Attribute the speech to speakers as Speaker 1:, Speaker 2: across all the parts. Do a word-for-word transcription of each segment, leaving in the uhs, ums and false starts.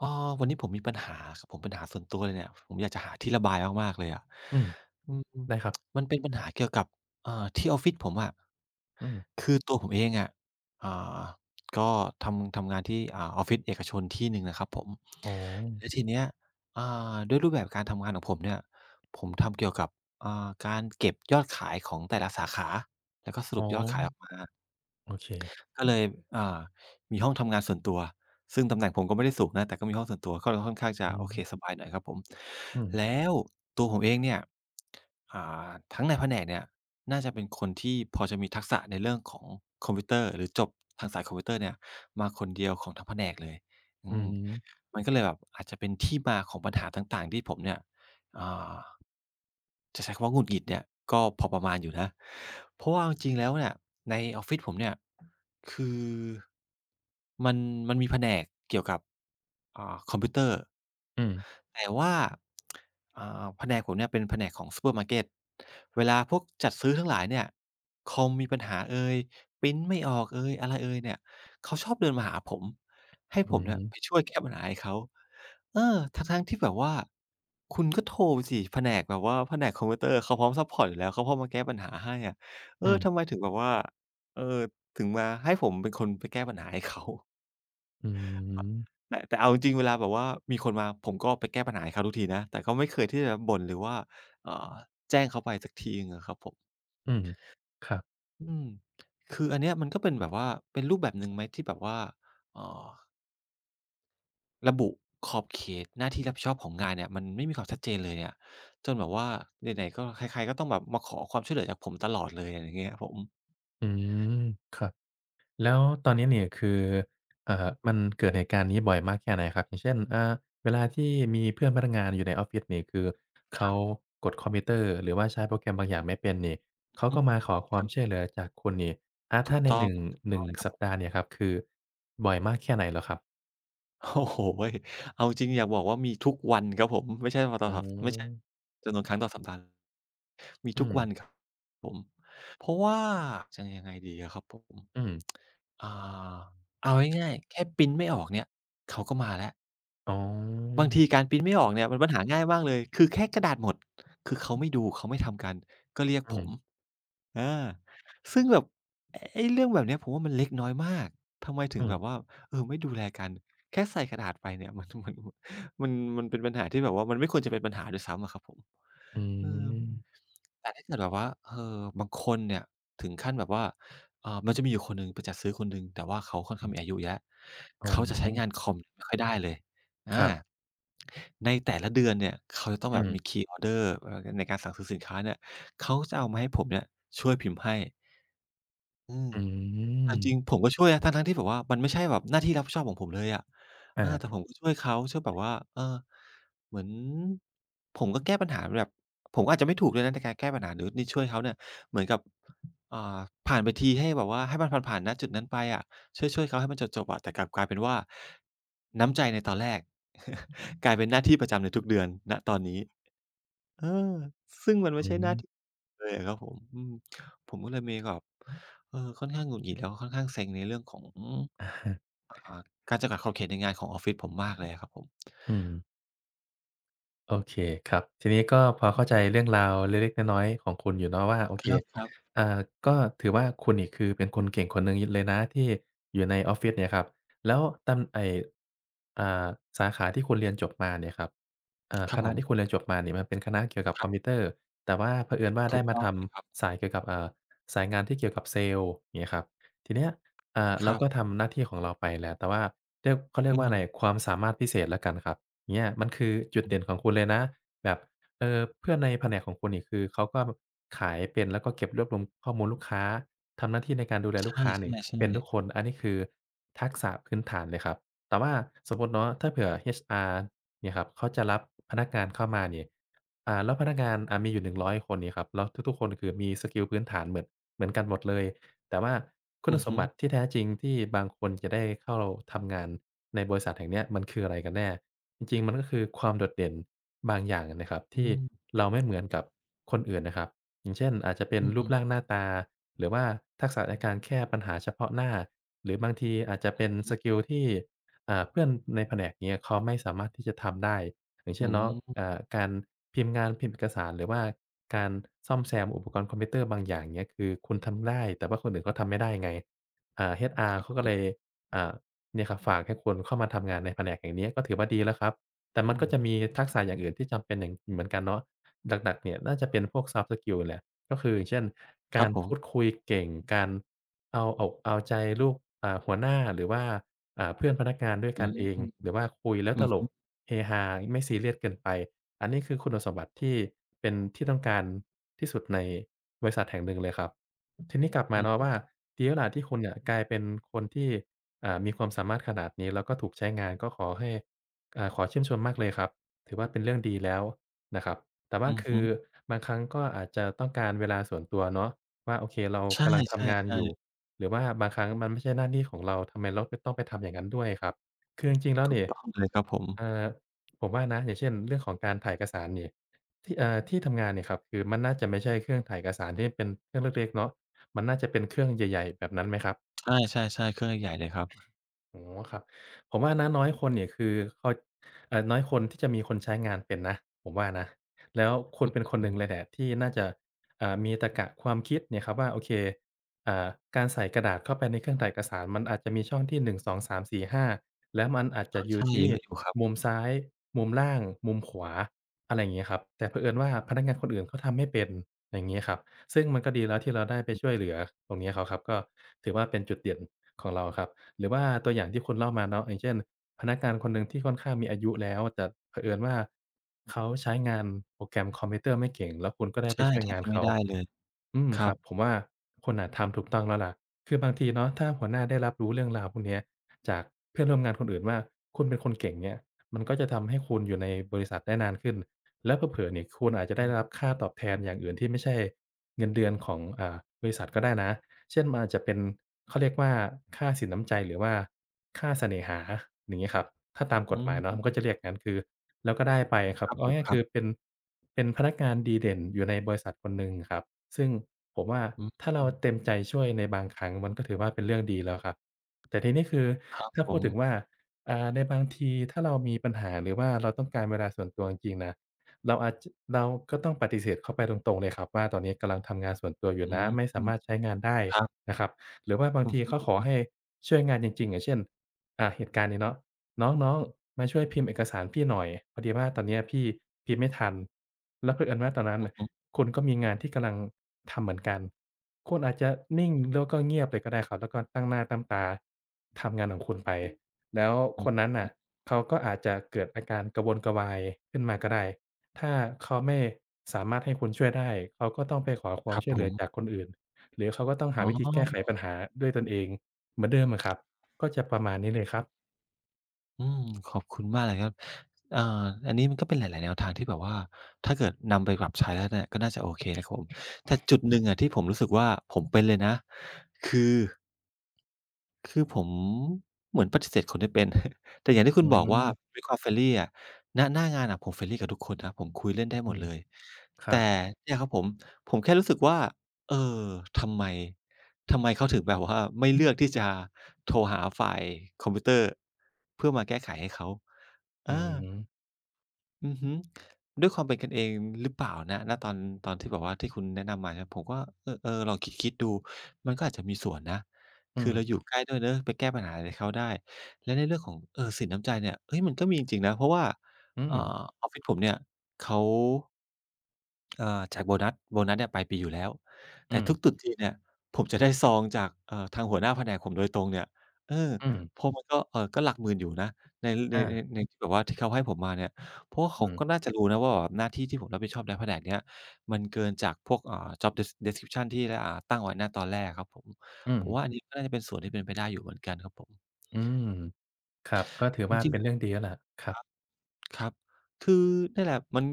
Speaker 1: อ๋อวันนี้ผมมีปัญหาครับผมปัญหาส่วนตัวเลยเนี่ยผมอยากจะหาที่ระบายมากๆเลยอะ
Speaker 2: อืม
Speaker 1: อืม
Speaker 2: ได้ครับ
Speaker 1: มันเป็นปัญหาเกี่ยวกับเอ่อที่ออฟฟิศผมอะ
Speaker 2: อืม
Speaker 1: คือตัวผมเองอะอ่าก็ทำทำงานที่อ่าออฟฟิศเอกชนที่หนึ่งนะครับผม
Speaker 2: อ๋อ
Speaker 1: แล้วทีเนี้ยอ่าด้วยรูปแบบการทำงานของผมเนี่ย ผมทำเกี่ยวกับอ่าการเก็บยอดขายของแต่ละสาขา แล้วก็ส
Speaker 2: อ๋
Speaker 1: รุ
Speaker 2: อ
Speaker 1: ปยอดขายออกมา
Speaker 2: โอเค
Speaker 1: ก็เลยอ่ามีห้องทำงานส่วนตัวซึ่งตำแหน่งผมก็ไม่ได้สูงนะแต่ก็มีห้องส่วนตัวก็เลยค่อนข้างจะ
Speaker 2: อื
Speaker 1: โอเคส
Speaker 2: ม
Speaker 1: บายหน่อยครับผม
Speaker 2: อืม
Speaker 1: แล้วตัวผมเองเนี่ยอ่าทั้งในแผนกเนี่ยน่าจะเป็นคนที่พอจะมีทักษะในเรื่องของคอมพิวเตอร์หรือจบทางสายคอมพิวเตอร์เนี่ยมาคนเดียวของทั้งแผนกเลย
Speaker 2: อื
Speaker 1: อืม
Speaker 2: ม
Speaker 1: มันก็เลยแบบอาจจะเป็นที่มาของปัญหาต่างๆที่ผมเนี่ยอ่าจะใช้คำว่าหงุดหงิดเนี่ยก็พอประมาณอยู่นะเพราะว่าเอาจริงๆแล้วเนี่ยในออฟฟิศผมเนี่ย คือมันมันมีแผนกเกี่ยวกับอ่าคอมพิวเตอร์
Speaker 2: อืม
Speaker 1: แต่ว่าอ่าแผนกผมเนี่ยเป็นแผนกของซูเปอร์มาร์เกตเวลาพวกจัดซื้อทั้งหลายเนี่ยคอมมีปัญหาเอยพรินต์ไม่ออกเอยอะไรเอยเนี่ยเขาชอบเดินมาหาผมให้
Speaker 2: อื
Speaker 1: ผมเนี่ย
Speaker 2: ม
Speaker 1: ไปช่วยแก้ปัญหาให้เขาเออทั้งๆที่แบบว่าคุณก็โทรไปสิแผนกแบบว่าแผนกคอมพิวเตอร์เขาพร้อมซัปพอร์ตอยู่แล้วเขาพร้อมมาแก้ปัญหาให้อะเอ
Speaker 2: อื
Speaker 1: อทำ
Speaker 2: ม
Speaker 1: ไมถึงแบบว่า เออถึงมาให้ผมเป็นคนไปแก้ปัญหาให้เขา
Speaker 2: อืม
Speaker 1: แต่แต่เอาจริงๆเวลาแบบว่ามีคนมาผมก็ไปแก้ปัญหาให้เขาทุกทีนะแต่ก็ไม่เคยที่จะบ่นหรือว่าเอ่อแจ้งเขาไปสักทีหนึ่งอะครับผม
Speaker 2: อืมครับ
Speaker 1: อืมคืออันเนี้ยมันก็เป็นแบบว่าเป็นรูปแบบหนึ่งไหมที่แบบว่าเอ่อระบุขอบเขตหน้าที่รับผิดชอบของงานเนี่ยมันไม่มีความชัดเจนเลยอยจนแบบว่าไหนๆก็ใครๆก็ต้องแบบมาขอความช่วยเหลือจากผมตลอดเลยอย่างเงี้ยครับผม
Speaker 2: อืมครับแล้วตอนนี้เนี่ยคือเอ่อมันเกิดเหตุการณ์นี้บ่อยมากแค่ไหนครับอย่างเช่นอ่าเวลาที่มีเพื่อนพนักงานอยู่ในออฟฟิศนี่คือ
Speaker 1: ค
Speaker 2: เขา
Speaker 1: รับ
Speaker 2: กดคอมพิวเตอร์หรือว่าใช้โปรแกรมบางอย่างไม่เป็นนี่เขา
Speaker 1: อื
Speaker 2: ก็
Speaker 1: อ
Speaker 2: มาขอค
Speaker 1: ค
Speaker 2: วาม
Speaker 1: รับ
Speaker 2: ช่วยเหลือจากคุณนี่อา
Speaker 1: ถู
Speaker 2: ถ้า
Speaker 1: ก
Speaker 2: ใน
Speaker 1: ต้
Speaker 2: ห
Speaker 1: อง
Speaker 2: นึ่ง
Speaker 1: ถูก
Speaker 2: ห
Speaker 1: ต้
Speaker 2: นึ่
Speaker 1: อง
Speaker 2: ง
Speaker 1: เลยครับ
Speaker 2: สัป
Speaker 1: ผม
Speaker 2: ดาห์เนี่ยครับคือบ่อยมากแค่ไหนเหรอครับ
Speaker 1: โอ้โฮเอาจริงอยากบอกว่ามีทุกวันครับผมไม่ใช่วันต่
Speaker 2: อื
Speaker 1: อสัปไม่ใช่
Speaker 2: ม
Speaker 1: จำนวนครั้งต่อสัปดาห์มี
Speaker 2: อื
Speaker 1: ทุก
Speaker 2: ม
Speaker 1: วันครับผมเพราะว่าจะยังไงดีอะครับผม
Speaker 2: อืม
Speaker 1: อ่าเอาง่ายๆแค่พรินต์ไม่ออกเนี่ยเขาก็มาแล้ว
Speaker 2: อ๋อ
Speaker 1: บางทีการพรินต์ไม่ออกเนี่ยมันปัญหาง่ายมากเลยคือแค่กระดาษหมดคือเขาไม่ดูเขาไม่ทำกันก็เรียก
Speaker 2: อื
Speaker 1: ผ
Speaker 2: ม
Speaker 1: ม อาซึ่งแบบไอ้ไอ้เรื่องแบบเนี้ยผมว่ามันเล็กน้อยมาก ทำไมถึ
Speaker 2: อื
Speaker 1: งแบบ
Speaker 2: ม
Speaker 1: ว่าเออไม่ดูแลกันแค่ใส่กระดาษไปเนี่ย มันมันมันมันเป็นปัญหาที่แบบว่ามันไม่ควรจะเป็นปัญหาด้วยซ้ำอะครับผม
Speaker 2: อื
Speaker 1: เออ
Speaker 2: ม
Speaker 1: แต่ถ้าเกิดแบบว่าเออบางคนเนี่ยถึงขั้นแบบว่าเอ่อมันจะมีอยู่คนหนึ่งไปจัดซื้อคนหนึ่งแต่ว่าเขาค่อนข้าง
Speaker 2: อืม
Speaker 1: มีอายุเยอะ
Speaker 2: อ๋อ
Speaker 1: เขาจะใช้งานคอมไม่ค่อยได้เลย
Speaker 2: ค
Speaker 1: อา
Speaker 2: รับ
Speaker 1: ในแต่ละเดือนเนี่ยเขาจะต้อง
Speaker 2: อื
Speaker 1: แบบมี
Speaker 2: ม
Speaker 1: Key Order เอ่อในการสั่งซื้อสินค้าเนี่ยเขาจะเอามาให้ผมเนี่ยช่วยพิมพ์ให้ อืม
Speaker 2: อื
Speaker 1: เอาจริง
Speaker 2: ม
Speaker 1: ผมก็ช่วยนะทั้งๆที่แบบว่ามันไม่ใช่แบบหน้าที่รับผิดชอบของผมเลยอะ
Speaker 2: อา
Speaker 1: อาแต่ผมก็ช่วยเขาช่วยแบบว่าเออเหมือนผมก็แก้ปัญหาแบบผมก็อาจจะไม่ถูกด้วยนะในการแก้ปัญหาหรือนี่ช่วยเขาเนี่ยเหมือนกับอ่าผ่านไปทีให้แบบว่าให้มันผ่านๆณจุดนั้นไปอะช่วยๆเขาให้มันจบๆอะแต่กลับกลายเป็นว่าน้ำใจในตอนแรก กลายเป็นหน้าที่ประจำในทุกเดือนณตอนนี้ เออซึ่งมันไม่
Speaker 2: อื
Speaker 1: ใช่ห
Speaker 2: ม
Speaker 1: น้าที่เลยอะครับผมอืมผมก็เลยมีแบบเออค่อนข้างหงุดหงิดแล้วก็ค่อนข้างเซ็งในเรื่องของ
Speaker 2: อะฮะ
Speaker 1: อ่าการจำกัดขอบเขตในงานของออฟฟิศผมมากเลยอะครับผม
Speaker 2: อืม โอเคครับทีนี้ก็พอเข้าใจเรื่องราวเล็กๆน้อยๆของคุณอยู่เนาะว่าโอ
Speaker 1: ค
Speaker 2: เค
Speaker 1: รับครับ
Speaker 2: อ่าก็ถือว่าคุณนี่คือเป็นคนเก่งคนหนึ่งเลยนะที่อยู่ในออฟฟิศเนี่ยครับแล้วตำไอ้อ่าสาขาที่คุณเรียนจบมาเนี่ยครับอ่า
Speaker 1: ค
Speaker 2: ค
Speaker 1: รับผ
Speaker 2: ณะที่คุณ
Speaker 1: ม
Speaker 2: เรียนจบมาเนี่ยมันเป็นคณะเกี่ยวกับ
Speaker 1: ค
Speaker 2: ค
Speaker 1: รั
Speaker 2: อมพิว
Speaker 1: บ
Speaker 2: เตอร์แต่ว่าเผอิญว่า
Speaker 1: ถู
Speaker 2: ได้
Speaker 1: ก
Speaker 2: มา
Speaker 1: ต้อ
Speaker 2: ท
Speaker 1: งเลยครับ
Speaker 2: ำสายเกี่ยวกับเอ่อสายงานที่เกี่ยวกับเซลส์อย่างเงี้ยครับทีเนี้ยอ่า
Speaker 1: ค
Speaker 2: เรา
Speaker 1: รั
Speaker 2: ก็
Speaker 1: บ
Speaker 2: ทำหน้าที่ของเราไปแหละแต่ว่าเรียกเขาเรียก
Speaker 1: อื
Speaker 2: ว่าอะไร
Speaker 1: ม
Speaker 2: ความสามารถพิเศษแล้วกันครับ เงี้ยมันคือจุด
Speaker 1: อื
Speaker 2: เด่นข
Speaker 1: ม
Speaker 2: องคุณเลยนะแบบเออเพื่อนในแผนกของคุณนี่คือเขาก็ขายเป็นแล้วก็เก็บรวบรวมข้อมูลลูกค้าทำหน้าที่ในการดูแลลูก
Speaker 1: ใช่
Speaker 2: ค้านี่เป็นทุ
Speaker 1: ๆ
Speaker 2: ก
Speaker 1: ๆ
Speaker 2: คนอันนี้คือทักษะพื้นฐานเลยครับแต่ว่าสมมุติเนาะถ้าเผื่อ เอช อาร์ เนี่ยครับเขาจะรับพนักงานเข้ามานี่อ่าแล้วพนักงานอ่ามีอยู่หนึ่งร้อยคนนี่ครับแล้วทุกๆคนคือมีสกิลพื้นฐานเหมือนเหมือนกันหมดเลย แต่ว่าคุณ
Speaker 1: อือ
Speaker 2: สม
Speaker 1: ฮึ
Speaker 2: บัติที่แท้จริงที่บางคนจะได้เข้าทำงานในบริษัทแห่งเนี้ยมันคืออะไรกันแน่จริงๆมันก็คือความโดดเด่นบางอย่างนะครับ
Speaker 1: อื
Speaker 2: ที่
Speaker 1: ม
Speaker 2: เราไม่เหมือนกับคนอื่นนะครับอย่างเช่นอาจจะเป็
Speaker 1: อ
Speaker 2: นรูป
Speaker 1: ือ
Speaker 2: ร่าง
Speaker 1: ๆ
Speaker 2: หน้าตาหรือว่าทักษะในการแก้ปัญหาเฉพาะหน้าหรือบางทีอาจจะเป็นส
Speaker 1: ๆ
Speaker 2: กิลที่อ่าเพื่อนในแผนกเนี้ยเขาไม่สามารถที่จะทำได้ อย่าง
Speaker 1: อื
Speaker 2: เช่นเนาะ
Speaker 1: ม
Speaker 2: เอ่อการพิมพ์งานพิมพ์เอกสารหรือว่าการซ่อมแซมอุปกรณ์คอมพิวเตอร์บางอย่างเงี้ยคือคุณทำได้แต่ว่าคนอื่นเขาทำไม่ได้ไงอ่า
Speaker 1: ค
Speaker 2: เอช อาร์
Speaker 1: รับ
Speaker 2: เขา
Speaker 1: ผ
Speaker 2: ก็
Speaker 1: ม
Speaker 2: เลยอ่าเนี่ยครับฝากให้คุณเข้ามาทำงานในแผนกอย่างเนี้ยก็ถือว่าดีแล้วครับแต่มั
Speaker 1: อื
Speaker 2: นก็
Speaker 1: ม
Speaker 2: จะมีทักษะอย่างอื่นที่จำเป็นอย่างเหมือนกันเนาะหลักๆเนี่ยน่าจะเป็นพวก ซอฟต์สกิล แหละก็คืออย่างเช่น
Speaker 1: ค
Speaker 2: กา
Speaker 1: รับ
Speaker 2: ร
Speaker 1: ผ
Speaker 2: พูด
Speaker 1: ม
Speaker 2: คุยเก่งการเอาอกเอาใจลูกอ่าหัวหน้าหรือว่า อ่าเพื่อนพนักงานด้วย
Speaker 1: อื
Speaker 2: กัน
Speaker 1: ม
Speaker 2: เองหรือว่าคุยแล้ว
Speaker 1: อื
Speaker 2: ต
Speaker 1: อ
Speaker 2: ล
Speaker 1: ฮึ
Speaker 2: กเฮฮาไม่ซีเรียสเกินไปอันนี้คือคุณสมบัติที่เป็นที่ต้องการที่สุดในบริษัทแห่งหนึ่งเลยครับทีนี้กลับมาเนาะ
Speaker 1: อ
Speaker 2: ว่าดีแล้วล่ะที่คุณเนี่ยกลายเป็นคนที่อ่ามีความสามารถขนาดนี้แล้วก็ถูกใช้งานก็ขอให้อ่าขอชื่นชมมากเลยครับถือว่าเป็นเรื่องดีแล้วนะครับแต่ว่า
Speaker 1: ือ
Speaker 2: คื
Speaker 1: ฮึ
Speaker 2: อบางครั้งก็อาจจะต้องการเวลาส่วนตัวเนาะว่าโอเคเรากำลัง
Speaker 1: ใช
Speaker 2: ทำงานอ
Speaker 1: ่
Speaker 2: ยู่
Speaker 1: ๆ
Speaker 2: หรือว่าบางครั้งมันไม่ใช่หน้าที่ของเราทำไมเราก็ต้องไปทำอย่างนั้นด้วยครับคือจริงๆแล้
Speaker 1: ๆ
Speaker 2: ว
Speaker 1: ถูก
Speaker 2: เนี่ย
Speaker 1: ต้องเลยครับผม
Speaker 2: เอ่อผมว่านะอย่างเช่นเรื่องของการถ่ายเอกสารเนี่ยที่เอ่อที่ทำงานเนี่ยครับคือมันน่าจะไม่ใช่เครื่องถ่ายเอกสารที่เป็นเครื่องเล็กๆเนาะมันน่าจะเป็นเครื่องใหญ่ๆแบบนั้นไหมครับ
Speaker 1: ใช่ๆๆเครื่องใหญ่ๆเลยครับ
Speaker 2: อ๋อครับผมว่านะน้อยคนเนี่ยคือเขาเอ่อน้อยคนที่จะมีคนใช้งานเป็นนะผมว่านะแล้วคุณเป็นคนห
Speaker 1: อื
Speaker 2: นึ่งเลย
Speaker 1: ม
Speaker 2: แหละที่น่าจะอ่ามีตรรกะความคิดเนี่ยครับว่าโอเคอ่าการใส่กระดาษเข้าไปในเครื่องถ่ายเอกสารมันอาจจะมีช่องที่หนึ่ง สอง สาม สี่ ห้าแล้วมันอาจจะ
Speaker 1: อา
Speaker 2: อยู่
Speaker 1: ใช่เย
Speaker 2: ที่
Speaker 1: อะอยู่ครับ
Speaker 2: มุมซ้ายมุมล่างมุมขวาอะไรอย่างงี้ครับแต่เผอิญว่าพนักงานคนอื่นเขาทำไม่เป็นอย่างงี้ครับซึ่งมันก็ดีแล้วที่เราได้ไปช่วยเหลือตรงนี้เขาครับก็ถือว่าเป็นจุดเด่นของเราครับ หรือว่าตัวอย่างที่คุณเล่ามาเนาะอย่างเช่นพนักงานคนหนึ่งที่ค่อนข้างมีอายุแล้วแต่เผอิญว่าเขาใช้งานโปรแกรมคอมพิวเตอร์ไม่เก่งแล้วคุณก็ได้ไป
Speaker 1: ใช่
Speaker 2: ช่วย
Speaker 1: แทบ
Speaker 2: งาน
Speaker 1: จะไม่
Speaker 2: เขา
Speaker 1: ได้เลย
Speaker 2: อืม
Speaker 1: ค
Speaker 2: ค
Speaker 1: รั
Speaker 2: รั
Speaker 1: บ
Speaker 2: บผมว่าคุณน่ะทำถูกต้องแล้วล่ะคือบางทีเนาะถ้าหัวหน้าได้รับรู้เรื่องราวพวกเนี้ยจากเพื่อนร่วมงานคนอื่นว่าคุณเป็นคนเก่งเนี่ยมันก็จะทำให้คุณอยู่ในบริษัทได้นานขึ้นแล้วเผลอๆเนี่ยคุณอาจจะ
Speaker 1: อื
Speaker 2: ได้รับ
Speaker 1: ม
Speaker 2: ค่าตอบแทนอย่างอื่นที่ไม่ใช่เงินเดือนของอ่าบริษัทก็ได้นะ เช่นมันอาจจะเป็นเขาเรียกว่าค่าสินน้ำใจหรือว่าค่าเสน่หาอย่างงี้ครับถ้าตามก
Speaker 1: อื
Speaker 2: ฎหมายเนาะ
Speaker 1: ม
Speaker 2: มันก็จะเรียกงั้นคือแล้วก็ได้ไปครั
Speaker 1: ค
Speaker 2: บ
Speaker 1: รับ
Speaker 2: เอา
Speaker 1: ผม
Speaker 2: ง่าย
Speaker 1: ค
Speaker 2: ๆ
Speaker 1: รั
Speaker 2: คือ
Speaker 1: บ
Speaker 2: เป็นเป็นพนักงานดีเด่นอยู่ในบริษัทคนหนึ่งครับซึ่งผมว่า
Speaker 1: อืม
Speaker 2: ถ้าเราเต็มใจช่วยในบางครั้งมันก็ถือว่าเป็นเรื่องดีแล้วครับแต่ทีนี้คือ
Speaker 1: ครับ
Speaker 2: ถ้า
Speaker 1: ผ
Speaker 2: พูดถึงว่า
Speaker 1: ม
Speaker 2: อ่าในบางทีถ้าเรามีปัญหาหรือว่าเราต้องการเวลาส่วนตัวจริงๆนะ เราอาจจเราก็ต้องปฏิเสธเขาไปตรงๆเลยครับว่าตอนนี้กำลังทำงานส่วนตัวอยู่
Speaker 1: อื
Speaker 2: นะ
Speaker 1: ม
Speaker 2: ไม่สามารถใช้งานได้
Speaker 1: ครับ
Speaker 2: นะครับหรือว่าบา ง
Speaker 1: อือ
Speaker 2: ที
Speaker 1: ฮ
Speaker 2: เขาขอ
Speaker 1: ึๆ
Speaker 2: ให้
Speaker 1: ๆ
Speaker 2: ช่วยงานจริงๆอย่างเช่นอ่าเหตุการณ์นี้เนาะน้องๆมาช่วยพิมพ์เอกสารพี่หน่อยพอดีว่าตอนเนี้ยพี่พิมพ์ไม่ทันแล้วเผอิญว่าตอนนั้นน่ะ
Speaker 1: อือ
Speaker 2: คุณก็มีงานที่กำลังทำเหมือนกันคุณอาจจะนิ่งแล้วก็เงียบเลยก็ได้ครับแล้วก็ตั้งหน้าตั้งตาทำงานของคุณไปแล้ว
Speaker 1: อ
Speaker 2: คนนั้น
Speaker 1: ื
Speaker 2: น่ะ
Speaker 1: อ
Speaker 2: เขาก็อาจจะเกิดอาการกระวนกระวายขึ้นมาก็ได้ ถ้าเขาไม่สามารถให้คุณช่วยได้เขาก็ต้องไปขอควา
Speaker 1: ค
Speaker 2: ม
Speaker 1: รับ
Speaker 2: ช่วย
Speaker 1: ผ
Speaker 2: เหลือ
Speaker 1: ม
Speaker 2: จากคนอื่นหรือเขาก็ต้องหา
Speaker 1: อ๋
Speaker 2: วิธีแก้ไข
Speaker 1: อ
Speaker 2: ปัญหาด้วยตนเองเหมือนเดิมอะครับก็จะประมาณนี้เลยครับ
Speaker 1: อืมขอบคุณมากเลยครับเอ่ออันนี้มันก็เป็นหลายๆแนวทางที่แบบว่าถ้าเกิดนำไปปรับใช้แล้วเนี่ยก็น่าจะโอเคนะครับผมแต่จุดหนึ่งอะที่ผมรู้สึกว่าผมเป็นเลยนะคือ คือผมเหมือนปฏิเสธคนไม่เป็น แต่อย่างที่
Speaker 2: อื
Speaker 1: คุณบอกว่า
Speaker 2: ม
Speaker 1: ด้วยความ friendly อะณหน้างานอะผม friendly กับทุกคนนะผมคุยเล่นได้หม
Speaker 2: อื
Speaker 1: ด
Speaker 2: ม
Speaker 1: เลย
Speaker 2: ค
Speaker 1: แต่
Speaker 2: รับ
Speaker 1: เนี่ยครับผมผมแค่รู้สึกว่าเออทำไมทำไมเขาถึงแบบว่าไม่เลือกที่จะโทรหาฝ่ายคอมพิวเตอร์เพื่อมาแก้ไขให้เขา
Speaker 2: อื
Speaker 1: อา
Speaker 2: ม
Speaker 1: อือฮึด้วยความเป็นกันเองหรือเปล่านะณตอนตอนที่แบบว่าที่คุณแนะนำมาเนี่ยผมก็เออๆลองคิดๆดูมันก็อาจจะมีส่วนนะ
Speaker 2: อื
Speaker 1: คือ
Speaker 2: ม
Speaker 1: เราอยู่ใกล้ด้วยเนาะไปแก้ปัญหาอะไรเขาได้และในเรื่องของเอ่อสินน้ำใจเนี่ยเฮ้ยมันก็มีจริงๆนะเพราะว่า
Speaker 2: อื
Speaker 1: เอ่อ
Speaker 2: ม
Speaker 1: ออฟฟิศผมเนี่ยเขา เอ่อจากโบนัสโบนัสเนี่ยปลายปีอยู่แล้วแต่
Speaker 2: อืม
Speaker 1: ทุกตรุษจีนเนี่ยผมจะได้ซองจากเอ่อทางหัวหน้าแผนกผมโดยตรงเนี่ยเออ
Speaker 2: อืม
Speaker 1: เพราะมันก็เอ่อก็หลักหมื่นอยู่นะในใน
Speaker 2: อา
Speaker 1: ในในที่แบบว่าที่เขาให้ผมมาเนี่ยเพราะว่าเขา
Speaker 2: อืม
Speaker 1: ก็น่าจะรู้นะว่าแบบหน้าที่ที่ผมรับผิดชอบในแผนกเนี้ยมันเกินจากพวกอ่า Job des description ที่อ่าตั้งไว้ณตอนแรกอะครับผม
Speaker 2: อืม
Speaker 1: ผมว่าอันนี้ก็น่าจะเป็นส่วนที่เป็นไปได้อยู่เหมือนกันครับผม
Speaker 2: อืมครับก็ถือ
Speaker 1: จ
Speaker 2: ว่า
Speaker 1: ริง
Speaker 2: เป็น
Speaker 1: ๆผ
Speaker 2: เรื่
Speaker 1: ม
Speaker 2: องดีแล้วล่ะครับ
Speaker 1: ครับ คือนั่นแหละมัน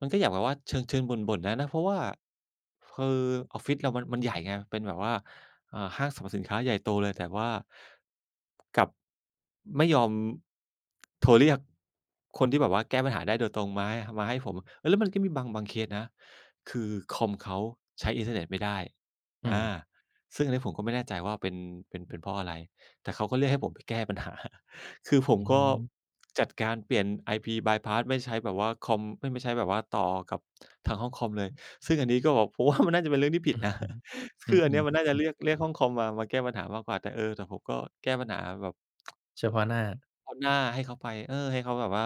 Speaker 1: มันก็อยากแบบว่าเชิงๆบ่นๆนะนะ เพราะว่าคือออฟฟิศเรามันมันใหญ่ไง เป็นแบบว่าอ่าห้างสรรพสินค้าใหญ่โตเลย แต่ว่ากลับไม่ยอมโทรเรียกคนที่แบบว่าแก้ปัญหาได้โดยตรงมาให้มาให้ผม เออแล้วมันก็มีบางบางเคสนะ คือคอมเขาใช้อินเทอร์เน็ตไม่ได้
Speaker 2: อื
Speaker 1: อา
Speaker 2: ม
Speaker 1: ซึ่งอันนี้ผมก็ไม่แน่ใจว่าเป็นเป็นเป็นเพราะอะไรแต่เขาก็เรียกให้ผมไปแก้ปัญหา คือผม
Speaker 2: อื
Speaker 1: ก็
Speaker 2: ม
Speaker 1: จัดการเปลี่ยน ไอ พี bypass ไม่ใช้แบบว่าคอมไม่ไม่ใช้แบบว่าต่อกับทางห้องคอมเลยซึ่งอันนี้ก็แบบ ผมว่ามันน่าจะเป็นเรื่องที่ผิ
Speaker 2: อื
Speaker 1: ด
Speaker 2: อ
Speaker 1: นะ
Speaker 2: ฮึ อื
Speaker 1: คื
Speaker 2: ม
Speaker 1: ออันเนี้ยมันน่า
Speaker 2: ๆ
Speaker 1: จะ
Speaker 2: อือ
Speaker 1: เรียกเรียกห้องคอมมามาแก้ปัญหามากกว่าแต่เออแต่ผมก็แก้ปัญหาแบบ
Speaker 2: เฉพาะหน้า
Speaker 1: เอาหน้าให้เขาไปเออให้เขาแบบว่า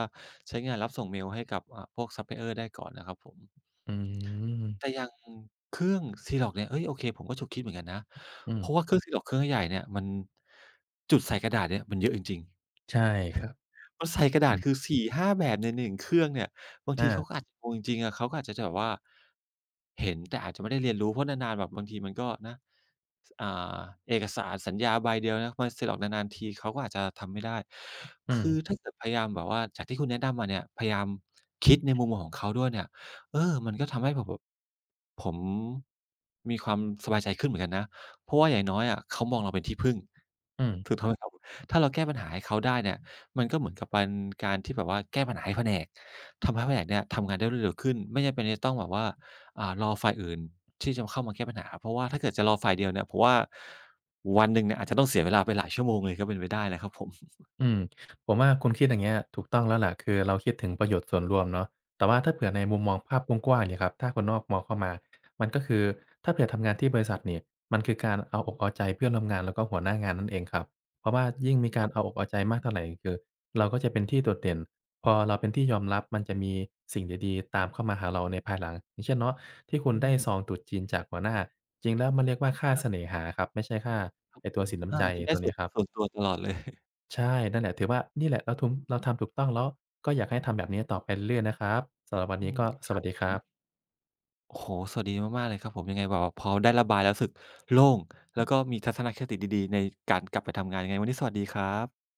Speaker 1: ใช้งานรับส่งเมลให้กับอ่าพวกซัปพลายเออร์ได้ก่อนนะครับผม
Speaker 2: อืม
Speaker 1: แต่อย่างเครื่อง Xerox เนี่ยเฮ้ยโอเคผมก็ฉุกคิดเหมือนกันนะ
Speaker 2: อืม
Speaker 1: เพราะว่าเครื่อง Xerox เครื่องใหญ่ๆเนี่ยมันจุดใส่กระดาษเนี่ยมันเยอะจริงๆ
Speaker 2: ใช่ครับ
Speaker 1: มันใส่กระ
Speaker 2: อื
Speaker 1: ดาษคือ
Speaker 2: ม
Speaker 1: สี่ถึงห้าแบบในหนึ่งเครื่องเนี่ยบางที
Speaker 2: อา
Speaker 1: เขาก็อาจจะงงจริงๆอะเขาก็อาจจะแบบว่าเห็นแต่อาจจะไม่ได้เรียนรู้เพราะนานๆแบบบางทีมันก็นะสอ่าเอกสารสัญญาใบเดียวนะมันเซ็นออกนานๆทีเขาก็อาจจะทำไม่ได้
Speaker 2: อืม
Speaker 1: คือถ้าเกิดพยายามแบบว่าจากที่คุณแนะนำมาเนี่ยพยายามคิดในมุมมองของเขาด้วยเนี่ยเออมันก็ทำให้ผมแบบผมมีความสบายใจขึ้นเหมือนกันนะเพราะว่าอย่างน้อยอะเขามองเราเป็นที่พึ่ง
Speaker 2: อืม
Speaker 1: ถูกต้องครับถ้าเราแก้ปัญหาให้เขาได้เนี่ยมันก็เหมือนกับเป็นการที่แบบว่าแก้ปัญหาให้แผนกทำให้แผนกเนี่ยทำงานได้รวดเร็วขึ้นไม่จำเป็นจะต้องแบบว่าอ่ารอฝ่ายอื่นที่จะเข้ามาแก้ปัญหาเพราะว่าถ้าเกิดจะรอฝ่ายเดียวเนี่ยผมว่าวันหนึ่งเนี่ยอาจจะต้องเสียเวลาไปหลายชั่วโมงเลยก็เป็นไปได้นะครับผม
Speaker 2: อืมผมว่าคุณคิดอย่างเงี้ยถูกต้องแล้วล่ะคือเราคิดถึงประโยชน์ส่วนรวมเนาะแต่ว่าถ้าเผื่อในมุมมองภาพกว้างๆเนี่ยครับถ้าคนนอกมองเข้ามามันก็คือถ้าเผื่อทำงานที่บริษัทเนี่ยมันคือการเอาอกเอาใจเพื่อนร่วมงานแล้วก็หัวหน้างานนั่นเองครับเพราะว่ายิ่งมีการเอาอกเอาใจมากเท่าไหรคือเราก็จะเป็นที่โดดเด่นพอเราเป็นที่ยอมรับมันจะมีสิ่งดีๆตามเข้ามาหาเราในภายหลังอย่างเช่นเนาะที่คุณ
Speaker 1: อื
Speaker 2: ได้
Speaker 1: ม
Speaker 2: ซองตรุษจีนจากหัวหน้าจริงแล้วมันเรียกว่าค่า
Speaker 1: อา
Speaker 2: เส
Speaker 1: ค
Speaker 2: น่หาครับไม่ใช่ค่า
Speaker 1: รับ
Speaker 2: ไอ
Speaker 1: ผ
Speaker 2: ตัว
Speaker 1: ม
Speaker 2: สิน
Speaker 1: อา
Speaker 2: น้ำใจ
Speaker 1: อันนี้ได้
Speaker 2: ตัว
Speaker 1: ส่
Speaker 2: เนี้
Speaker 1: ว
Speaker 2: ย
Speaker 1: น
Speaker 2: ครั
Speaker 1: ส่วน
Speaker 2: บ
Speaker 1: ตัวตลอดเลย
Speaker 2: ใช่นั่นแหละถือว่านี่แหละเราทุมเราทำถูกต้องแล้วก็อยากให้ทำแบบนี้ต่อไปเรื่อยๆนะครับสำหรับวัน
Speaker 1: อื
Speaker 2: นี้
Speaker 1: ม
Speaker 2: ก็สวัสดีครับ
Speaker 1: โอ้โฮสวัสดีมากๆเลยครับผมยังไงแบบว่าพอได้ระบายแล้วรู้สึกโล่งแล้วก็มีทัศนคติดีๆในการกลับไปทำงานยังไงวันนี้สวัสดีครับ